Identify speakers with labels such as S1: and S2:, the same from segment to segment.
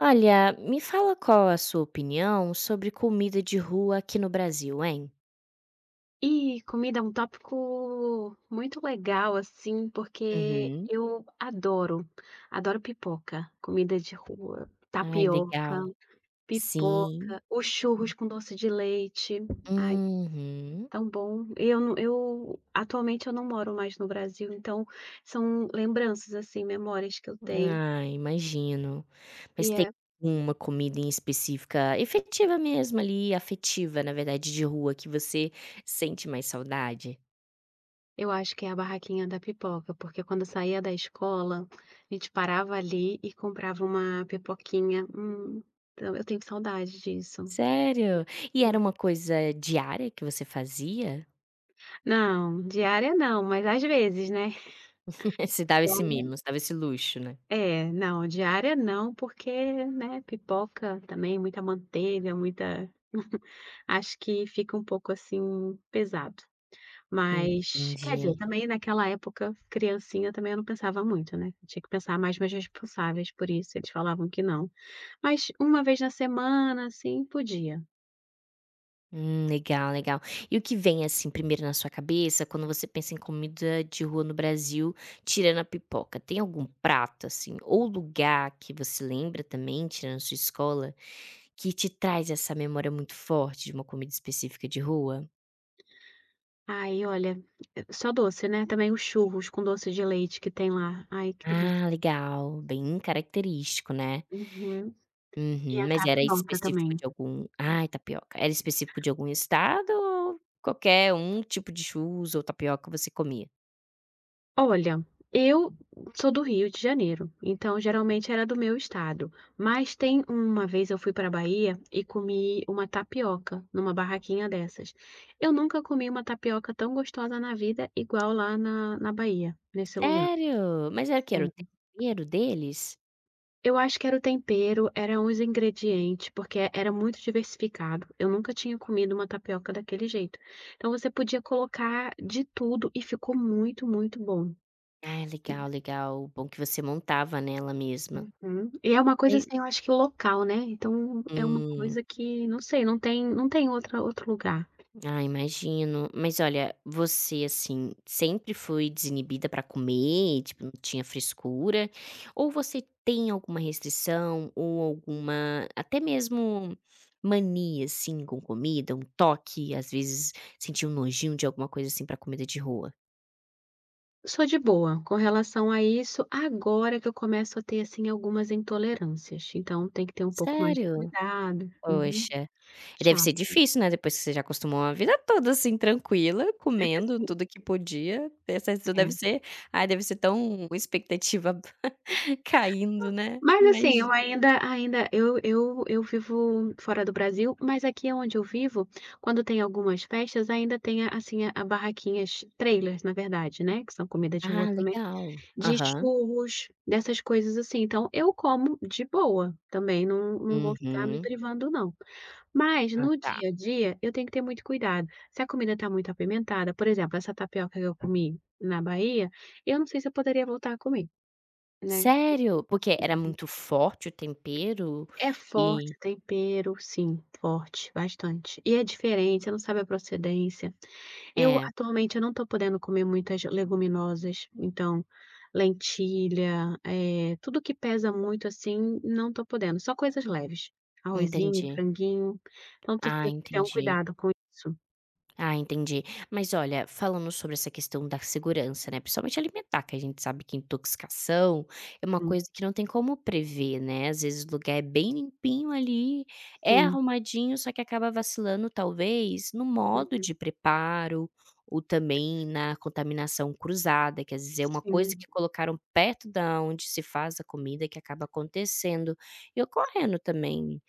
S1: Olha, me fala qual a sua opinião sobre comida de rua aqui no Brasil, hein?
S2: E comida é um tópico muito legal, assim, porque
S1: Uhum.
S2: eu adoro, adoro pipoca, comida de rua,
S1: Ai,
S2: tapioca,
S1: legal. Sim.
S2: pipoca, os churros com doce de leite. Ai,
S1: Uhum.
S2: tão bom. Eu não eu atualmente eu não moro mais no Brasil, então são lembranças, assim, memórias que eu tenho.
S1: Ah, imagino.
S2: E
S1: Mas tem
S2: é
S1: uma comida em específica, efetiva mesmo ali, afetiva, na verdade, de rua, que você sente mais saudade?
S2: Eu acho que é a barraquinha da pipoca, porque quando eu saía da escola, a gente parava ali e comprava uma pipoquinha. Então eu tenho saudade disso.
S1: Sério? E era
S2: Hum.
S1: uma coisa diária que você fazia?
S2: Não, diária não, mas às vezes, né?
S1: Você dava esse
S2: Diária
S1: mimo, você dava esse luxo, né?
S2: não, diária não, porque, né, pipoca também, muita manteiga, muita. Acho que fica um pouco assim pesado. Mas, quer dizer,
S1: Entendi.
S2: também naquela época, criancinha, também eu não pensava muito, né, tinha que pensar mais meus responsáveis por isso, eles falavam que não. Mas uma vez na semana, assim, podia.
S1: Legal, legal. E o que vem, assim, primeiro na sua cabeça quando você pensa em comida de rua no Brasil, tirando a pipoca? Tem algum prato, assim, ou lugar que você lembra também, tirando a sua escola, que te traz essa memória muito forte de uma comida específica de rua?
S2: Aí olha, só doce, né, também os churros com doce de leite que tem lá, ai que delícia.
S1: Ah, legal, bem característico, né.
S2: Uhum. E
S1: Uhum.
S2: a
S1: Mas era
S2: tapioca também.
S1: específico de algum ai, tapioca. Era específico de algum estado ou qualquer um tipo de churros ou tapioca você comia?
S2: Olha, eu sou do Rio de Janeiro, então geralmente era do meu estado, mas tem uma vez eu fui para a Bahia e comi uma tapioca numa barraquinha dessas. Eu nunca comi uma tapioca tão gostosa na vida igual lá na Bahia, nesse lugar.
S1: Sério? Era o
S2: Sim.
S1: tempero deles?
S2: Eu acho que era o tempero, eram os ingredientes, porque era muito diversificado. Eu nunca tinha comido uma tapioca daquele jeito. Então você podia colocar de tudo e ficou muito, muito bom.
S1: Ah, legal, legal. Bom que você montava, nela mesma.
S2: Uhum. E é uma coisa,
S1: Mas
S2: assim, eu acho que local, né, então é uma
S1: hum.
S2: coisa que não sei, não tem outra outro lugar.
S1: Ah, imagino. Mas olha, você, assim, sempre foi desinibida pra comer, tipo, não tinha frescura? Ou você tem alguma restrição ou alguma até mesmo mania, assim, com comida, um toque, às vezes sentir um nojinho de alguma coisa, assim, pra comida de rua?
S2: Sou de boa com relação a isso, agora que eu começo a ter, assim, algumas intolerâncias, então tem que ter um pouco mais de
S1: Sério?
S2: cuidado. Uhum.
S1: Poxa. E deve
S2: Chato,
S1: ser difícil, né, depois que você já acostumou a vida toda, assim, tranquila, comendo tudo que podia, essa isso deve
S2: é.
S1: ser ai, deve ser tão expectativa caindo, né,
S2: Mas, assim, eu
S1: imagi.
S2: ainda eu vivo fora do Brasil, mas aqui onde eu vivo, quando tem algumas festas, ainda tem, assim, a barraquinhas trailers, na verdade, né, que são comida de rua
S1: Ah,
S2: também.
S1: legal.
S2: De
S1: Aham.
S2: churros, dessas coisas assim, então eu como de boa, também não vou ficar me
S1: Uhum.
S2: privando não. Mas
S1: Ah,
S2: no
S1: tá.
S2: dia a dia eu tenho que ter muito cuidado, se a comida está muito apimentada, por exemplo, essa tapioca que eu comi na Bahia, eu não sei se eu poderia voltar a comer, né.
S1: Sério? Porque era muito forte o tempero
S2: É
S1: e
S2: forte o tempero, sim, forte, bastante. E é diferente, você não sabe a procedência. Eu
S1: é,
S2: atualmente eu não estou podendo comer muitas leguminosas, então lentilha, tudo que pesa muito, assim, não estou podendo, só coisas leves, arrozinho,
S1: entendi.
S2: franguinho, então estou
S1: Ah,
S2: tendo que ter um
S1: entendi.
S2: cuidado com isso.
S1: Ah, entendi. Mas olha, falando sobre essa questão da segurança, né, principalmente alimentar, que a gente sabe que intoxicação é uma
S2: Hum,
S1: coisa que não tem como prever, né, às vezes o lugar é bem limpinho ali, é
S2: sim,
S1: arrumadinho, só que acaba vacilando talvez no modo
S2: hum,
S1: de preparo ou também na contaminação cruzada, que às vezes é uma coisa
S2: sim,
S1: que colocaram perto da onde se faz a comida que acaba acontecendo e ocorrendo também.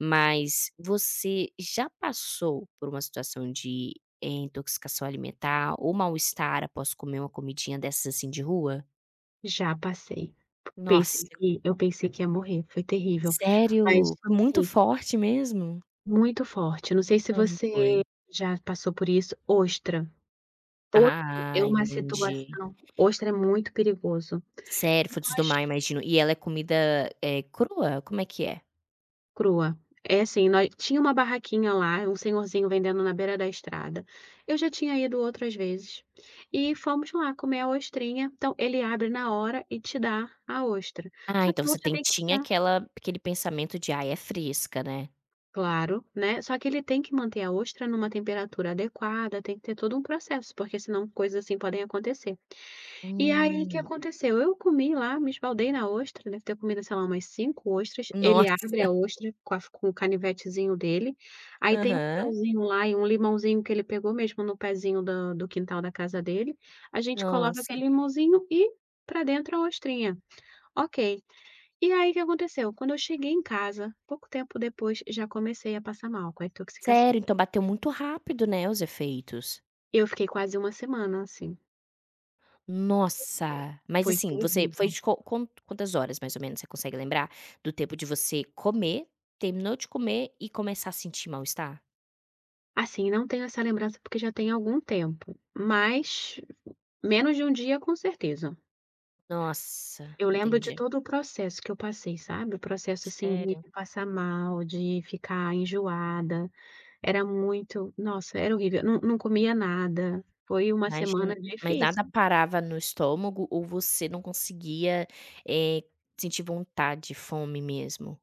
S1: Mas você já passou por uma situação de intoxicação alimentar ou mal-estar após comer uma comidinha dessas, assim, de rua?
S2: já passei.
S1: Nossa,
S2: Pensei que ia morrer, foi terrível, mas
S1: sério? Foi muito
S2: assim,
S1: forte mesmo?
S2: muito forte, não sei se
S1: Como
S2: você
S1: foi?
S2: já passou por isso, ostra. Ostra é
S1: Ah,
S2: uma
S1: entendi.
S2: situação Ostra é muito perigoso,
S1: Sério, frutos do
S2: mas.
S1: mar, imagino. E ela é comida, crua? Como é que é?
S2: Crua. É assim, nós tinha uma barraquinha lá, um senhorzinho vendendo na beira da estrada. Eu já tinha ido outras vezes. E fomos lá comer a ostrinha, então ele abre na hora e te dá a ostra.
S1: Ah,
S2: Só que
S1: então
S2: a
S1: você
S2: ostra
S1: tem
S2: tem que
S1: tinha
S2: estar
S1: aquela aquele pensamento de: "Ai, é fresca, né".
S2: Claro, né, só que ele tem que manter a ostra numa temperatura adequada, tem que ter todo um processo, porque senão coisas assim podem acontecer. E aí, o que
S1: Hum,
S2: aconteceu? Eu comi lá, me esbaldei na ostra, deve ter comido, sei lá, umas 5 ostras. Ele abre
S1: nossa.
S2: a ostra com o canivetezinho dele, aí tem um
S1: Aham.
S2: salzinho lá e um limãozinho que ele pegou mesmo no pezinho do quintal da casa dele. A gente coloca
S1: Nossa.
S2: aquele limãozinho e pra dentro a ostrinha. Ok. E aí, o que aconteceu? Quando eu cheguei em casa, pouco tempo depois, já comecei a passar mal com a intoxicação.
S1: Sério, então bateu muito rápido, né, os efeitos.
S2: Eu fiquei quase uma semana assim,
S1: Nossa! Mas
S2: foi
S1: assim, você foi
S2: terrível.
S1: de quantas horas mais ou menos você consegue lembrar do tempo de você comer, terminou de comer e começar a sentir mal-estar?
S2: Assim, não tenho essa lembrança porque já tem algum tempo, mas menos de um dia com certeza.
S1: Nossa,
S2: Eu lembro de
S1: entendi.
S2: todo o processo que eu passei, sabe? O processo assim de
S1: Sério?
S2: passar mal, de ficar enjoada, era muito, nossa, era horrível, não, não comia nada. Foi uma semana
S1: Imagina, mas nada
S2: difícil.
S1: parava no estômago ou você não conseguia, eh, sentir vontade, fome mesmo?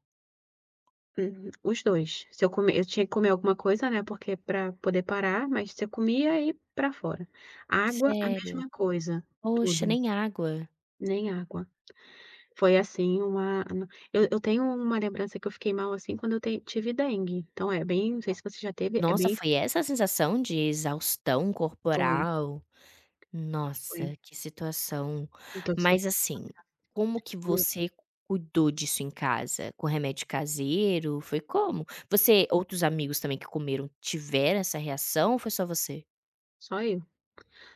S2: Uhum, os dois. Se eu comer, eu tinha que comer alguma coisa, né? Porque para poder parar, mas você comia e para fora. Água, a
S1: Sério?
S2: mesma coisa,
S1: Poxa,
S2: tudo,
S1: nem água.
S2: nem água. Foi assim uma eu tenho uma lembrança que eu fiquei mal, assim, quando eu ten tive dengue, então é bem não sei se você já teve, é
S1: Nossa,
S2: bem
S1: foi essa a sensação de exaustão
S2: foi,
S1: corporal?
S2: foi.
S1: Nossa, que situação. Mas
S2: Intoxicação
S1: assim,
S2: alimentar,
S1: como que você cuidou disso em casa? Com remédio caseiro? Foi como? Você outros amigos também que comeram tiveram essa reação ou foi só você?
S2: só eu.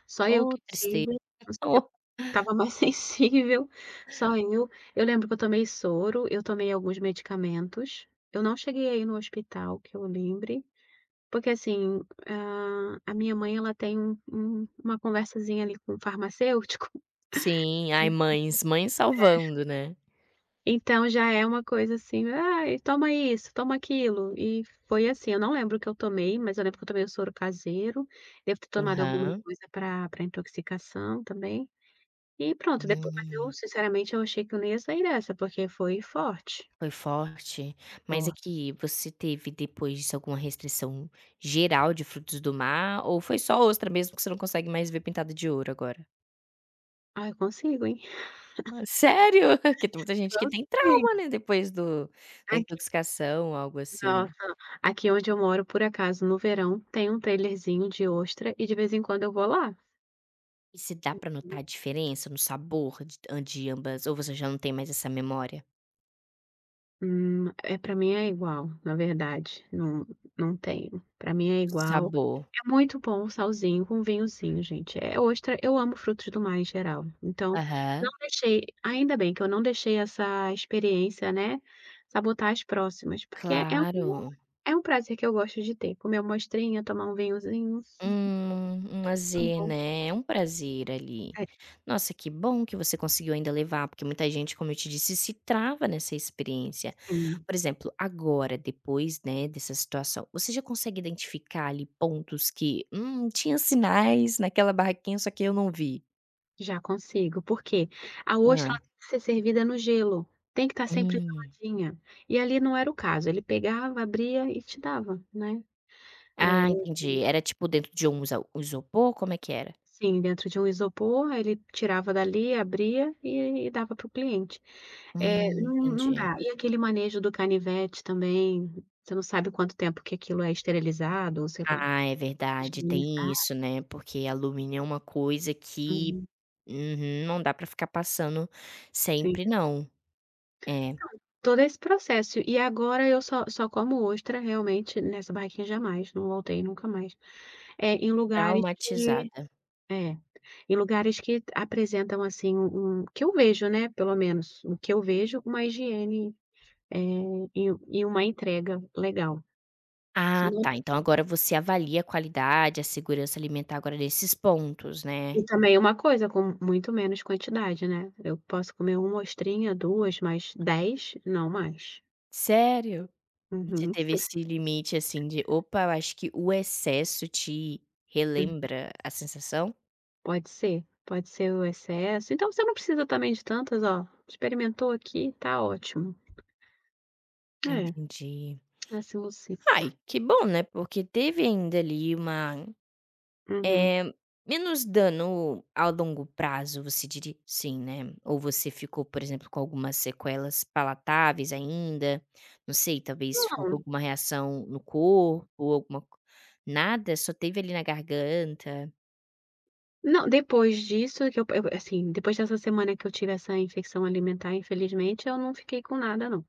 S2: Só eu
S1: Oh,
S2: que
S1: tristeza.
S2: tive, não sei se eu
S1: Oh,
S2: estava mais sensível, só eu. Eu lembro que eu tomei soro, eu tomei alguns medicamentos, eu não cheguei aí no hospital que eu lembre, porque assim, a minha mãe ela tem uma conversazinha ali com o farmacêutico.
S1: sim, ai mães, mães salvando, né.
S2: Então já é uma coisa assim, ai, toma isso, toma aquilo. E foi assim, eu não lembro o que eu tomei, mas eu lembro que eu tomei o soro caseiro, devo ter tomado alguma
S1: Aham.
S2: coisa para intoxicação também. E pronto, depois mas eu
S1: Hum,
S2: sinceramente eu achei que eu não ia sair dessa, porque foi forte,
S1: foi forte. Mas é
S2: forte.
S1: que você teve depois disso alguma restrição geral de frutos do mar ou foi só ostra mesmo que você não consegue mais ver pintada de ouro agora?
S2: Ah, eu consigo, hein?
S1: Ah, sério? Porque tem muita gente que tem
S2: Consigo.
S1: trauma, né, depois do da
S2: Aqui,
S1: intoxicação, algo assim.
S2: nossa, aqui onde eu moro, por acaso, no verão, tem um trailerzinho de ostra e de vez em quando eu vou lá.
S1: E se dá pra notar a diferença no sabor de ambas, ou você já não tem mais essa memória?
S2: Para mim é igual, na verdade, não tenho. Para mim é igual.
S1: Sabor.
S2: É muito bom o salzinho com vinhozinho, gente. É ostra Eu amo frutos do mar em geral, então não
S1: Aham.
S2: deixei ainda bem que eu não deixei essa experiência, né, sabotar as próximas, porque é um
S1: Claro.
S2: é um prazer que eu gosto de ter, comer uma ostrinha, tomar um vinhozinho,
S1: Um
S2: é
S1: lazer,
S2: bom.
S1: né, é um prazer ali.
S2: É,
S1: Nossa, que bom que você conseguiu ainda levar, porque muita gente, como eu te disse, se trava nessa experiência.
S2: sim.
S1: Por exemplo, agora, depois, né, dessa situação, você já consegue identificar ali pontos que, tinha sinais naquela barraquinha, só que eu não vi?
S2: Já consigo, porque a
S1: Hã.
S2: ostra ela tem que ser servida no gelo, tem que estar sempre
S1: Hum.
S2: geladinha. E ali não era o caso, ele pegava, abria e te dava, né. Eh,
S1: Ah, entendi. Era tipo dentro de um isa um isopor, como é que era?
S2: assim, dentro de um isopor, aí ele tirava dali, abria e dava para o cliente. Não
S1: Entendi.
S2: dá. E aquele manejo do canivete também, você não sabe quanto tempo que aquilo é esterilizado ou sei lá,
S1: Ah, é verdade, tem
S2: higienizado.
S1: isso, né, porque alumínio é uma coisa que.
S2: Uhum,
S1: Uhum. Não dá pra ficar passando
S2: sim.
S1: sempre, não. É,
S2: Todo esse processo. E agora eu só como ostra realmente. Nessa barraquinha jamais, não voltei nunca mais. É, em lugares que
S1: traumatizada.
S2: é, em lugares que apresentam, assim, um que eu vejo, né, pelo menos o que eu vejo, uma higiene, eh, e e uma entrega legal.
S1: Ah,
S2: Senão
S1: tá, então agora você avalia a qualidade, a segurança alimentar agora nesses pontos, né?
S2: e também uma coisa, com muito menos quantidade, né, eu posso comer uma ostrinha, 2 mas 10 não mais.
S1: Sério? Você
S2: Uhum.
S1: teve esse limite, assim, de: "Opa, eu acho que o excesso te
S2: Hum,
S1: relembra a sensação?"
S2: Pode ser, pode ser o excesso. Então você não precisa também de tantas, ó, experimentou aqui, tá ótimo.
S1: Ah,
S2: É,
S1: entendi.
S2: assim, uns cinco.
S1: Ai, que bom, né, porque teve ainda ali uma
S2: Uhum.
S1: Eh, menos dano a longo prazo, você diria? Sim, né? Ou você ficou, por exemplo, com algumas sequelas palatáveis ainda? Não sei, talvez ficou com
S2: Não.
S1: alguma reação no corpo, alguma co, nada? Só teve ali na garganta?
S2: Não, depois dessa semana que eu tive essa infecção alimentar, infelizmente, eu não fiquei com nada não.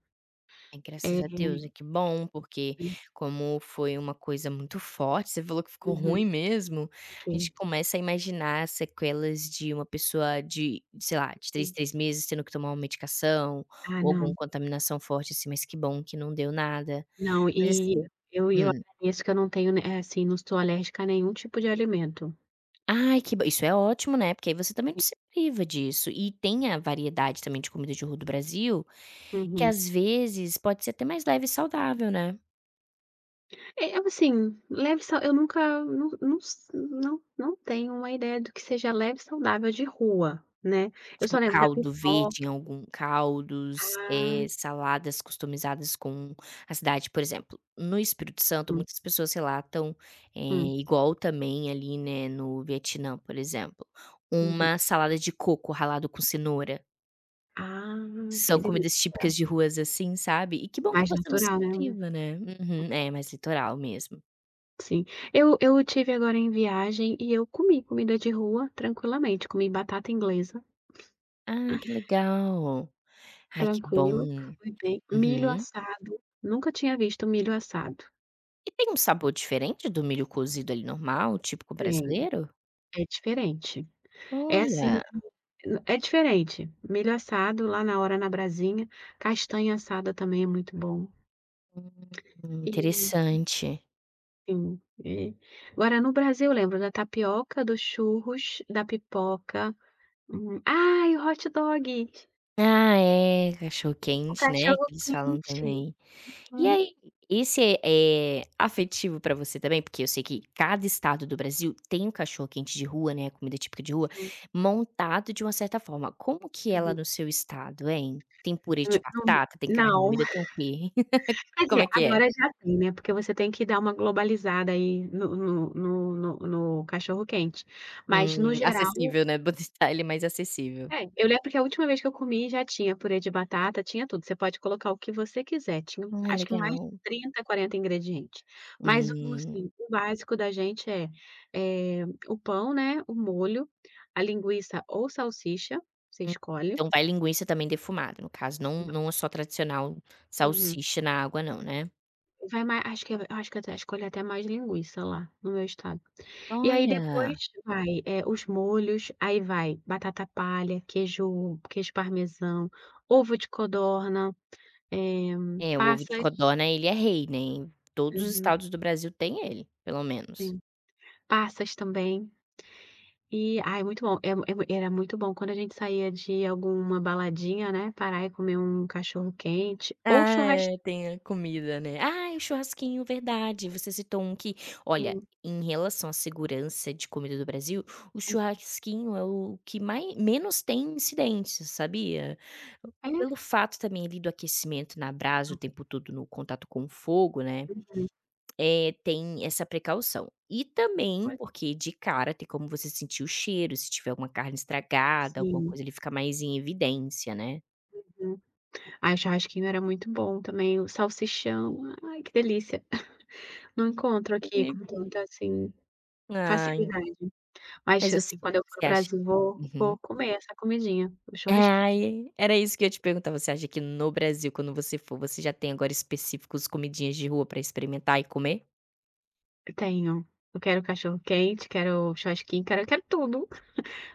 S1: Ai, graças a
S2: Eh,
S1: Deus, é que bom, porque como foi uma coisa muito forte, você falou que ficou
S2: uhum,
S1: ruim mesmo, a
S2: fiquei.
S1: gente começa a imaginar sequelas de uma pessoa de, sei lá, de três meses tendo que tomar uma medicação,
S2: Ah,
S1: ou alguma
S2: não.
S1: contaminação forte, assim, mas que bom que não deu nada.
S2: Não,
S1: Mas
S2: e
S1: assim
S2: eu e eu
S1: hum.
S2: agradeço que eu não tenho, né, assim, não estou alérgica a nenhum tipo de alimento.
S1: Ai, que bom, isso é ótimo, né, porque aí você também não se priva disso. E tem a variedade também de comida de rua do Brasil, que
S2: Uhum.
S1: às vezes pode ser até mais leve e saudável, né?
S2: É, eu, assim, leve sa eu nunca não não s não não tenho uma ideia do que seja leve e saudável de rua, né. Eu só
S1: Tipo
S2: lembro da
S1: caldo verde em
S2: pipoca.
S1: algum caldos,
S2: Ah,
S1: saladas customizadas com a cidade, por exemplo, no Espírito Santo
S2: hum,
S1: muitas pessoas relatam,
S2: hum,
S1: igual também ali, né, no Vietnã, por exemplo,
S2: uhum.
S1: uma salada de coco ralado com cenoura.
S2: Ah,
S1: São
S2: que
S1: comidas
S2: delícia.
S1: típicas de ruas assim, sabe. E que bom que
S2: Mais
S1: você não se
S2: natural, né.
S1: priva, né. Uhum. É, mais litoral mesmo.
S2: Sim. Eu tive agora em viagem e eu comi comida de rua tranquilamente, comi batata inglesa,
S1: Ah, que legal. Ai, que
S2: tranquilo,
S1: bom.
S2: foi bem. Milho
S1: Uhum.
S2: assado, nunca tinha visto milho assado.
S1: E tem um sabor diferente do milho cozido ali normal, típico
S2: Tem,
S1: brasileiro?
S2: é diferente. É assim,
S1: Olha,
S2: é diferente. Milho assado lá na hora na brasinha, castanha assada também é muito bom. E
S1: interessante.
S2: sim, agora no Brasil eu lembro da tapioca, dos churros, da pipoca, ai, o hot dog.
S1: Ah, é, cachorro
S2: O
S1: quente, né, que
S2: cachorro
S1: eles falam
S2: quente.
S1: também. E
S2: Hum,
S1: aí, esse é afetivo pra você também? Porque eu sei que cada estado do Brasil tem um cachorro quente de rua, né, comida típica de rua,
S2: sim.
S1: montado de uma certa forma. Como que é lá
S2: Uhum.
S1: no seu estado, hein? Tem purê
S2: Não.
S1: de batata, tem carne
S2: Não.
S1: moída, tem o quê?
S2: Quer
S1: Como
S2: dizer,
S1: é que é?
S2: agora já tem, né, porque você tem que dar uma globalizada aí no cachorro quente. Mas no geral
S1: Acessível, né, botar ele mais acessível.
S2: é, eu lembro que a última vez que eu comi já tinha purê de batata, tinha tudo, você pode colocar o que você quiser, tinha
S1: Ah,
S2: acho que mais de
S1: legal.
S2: 30, 40 ingredientes. Mas o
S1: Hum.
S2: assim, o básico da gente é, o pão, né, o molho, a linguiça ou salsicha, você
S1: Hum.
S2: escolhe.
S1: Então vai linguiça também defumada, no caso, não é só tradicional
S2: Uhum.
S1: salsicha na água não, né?
S2: Vai mais acho que até escolhe até mais linguiça lá, no meu estado. E aí depois
S1: Olha,
S2: vai, é os molhos, aí vai batata palha, queijo parmesão, ovo de codorna, eh,
S1: é o ovo de
S2: passas
S1: codorna, ele é rei, né, em todos os
S2: uhum,
S1: estados do Brasil tem ele, pelo menos.
S2: sim. Passas também. E ai, muito bom. É é mui era muito bom quando a gente saía de alguma baladinha, né, parar e comer um cachorro quente ou
S1: Ah, é,
S2: churrasquinho.
S1: tem a comida, né? Ai, o churrasquinho, verdade, você citou um que olha,
S2: Sim.
S1: em relação à segurança de comida do Brasil, o churrasquinho é o que mai menos tem incidentes, sabia? Pelo fato também ali do aquecimento na brasa o tempo todo no contato com o fogo, né? Tem essa precaução. E também
S2: Uhum.
S1: porque de cara tem como você sentir o cheiro, se tiver alguma carne estragada, alguma
S2: Sim.
S1: coisa ele fica mais em evidência, né.
S2: Ai, churrasquinho era muito bom também, o salsichão, ai que delícia. Não encontro aqui
S1: É.
S2: com tanta, assim,
S1: Ai,
S2: facilidade, mas,
S1: mas você
S2: assim, quando eu for no
S1: você acha.
S2: Brasil vou
S1: Uhum.
S2: vou comer essa comidinha, o churrasquinho.
S1: Ai, era isso que eu ia te perguntar, você acha que no Brasil, quando você for, você já tem agora específicos comidinhas de rua pra experimentar e comer?
S2: Tenho, eu quero cachorro quente, quero churrasquinho, quero tudo,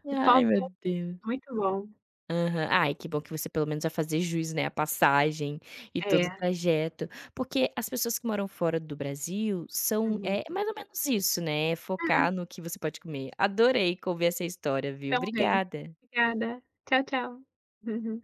S1: Ai,
S2: pipoca,
S1: meu Deus.
S2: muito bom.
S1: Aham. Ai, que bom que você pelo menos vai fazer jus, né, a passagem e todo
S2: É,
S1: o trajeto. Porque as pessoas que moram fora do Brasil são
S2: uhum.
S1: é mais ou menos isso, né, é focar no que você pode comer. Adorei ouvir essa história, viu.
S2: Também.
S1: Obrigada.
S2: Obrigada. Tchau, tchau. Uhum.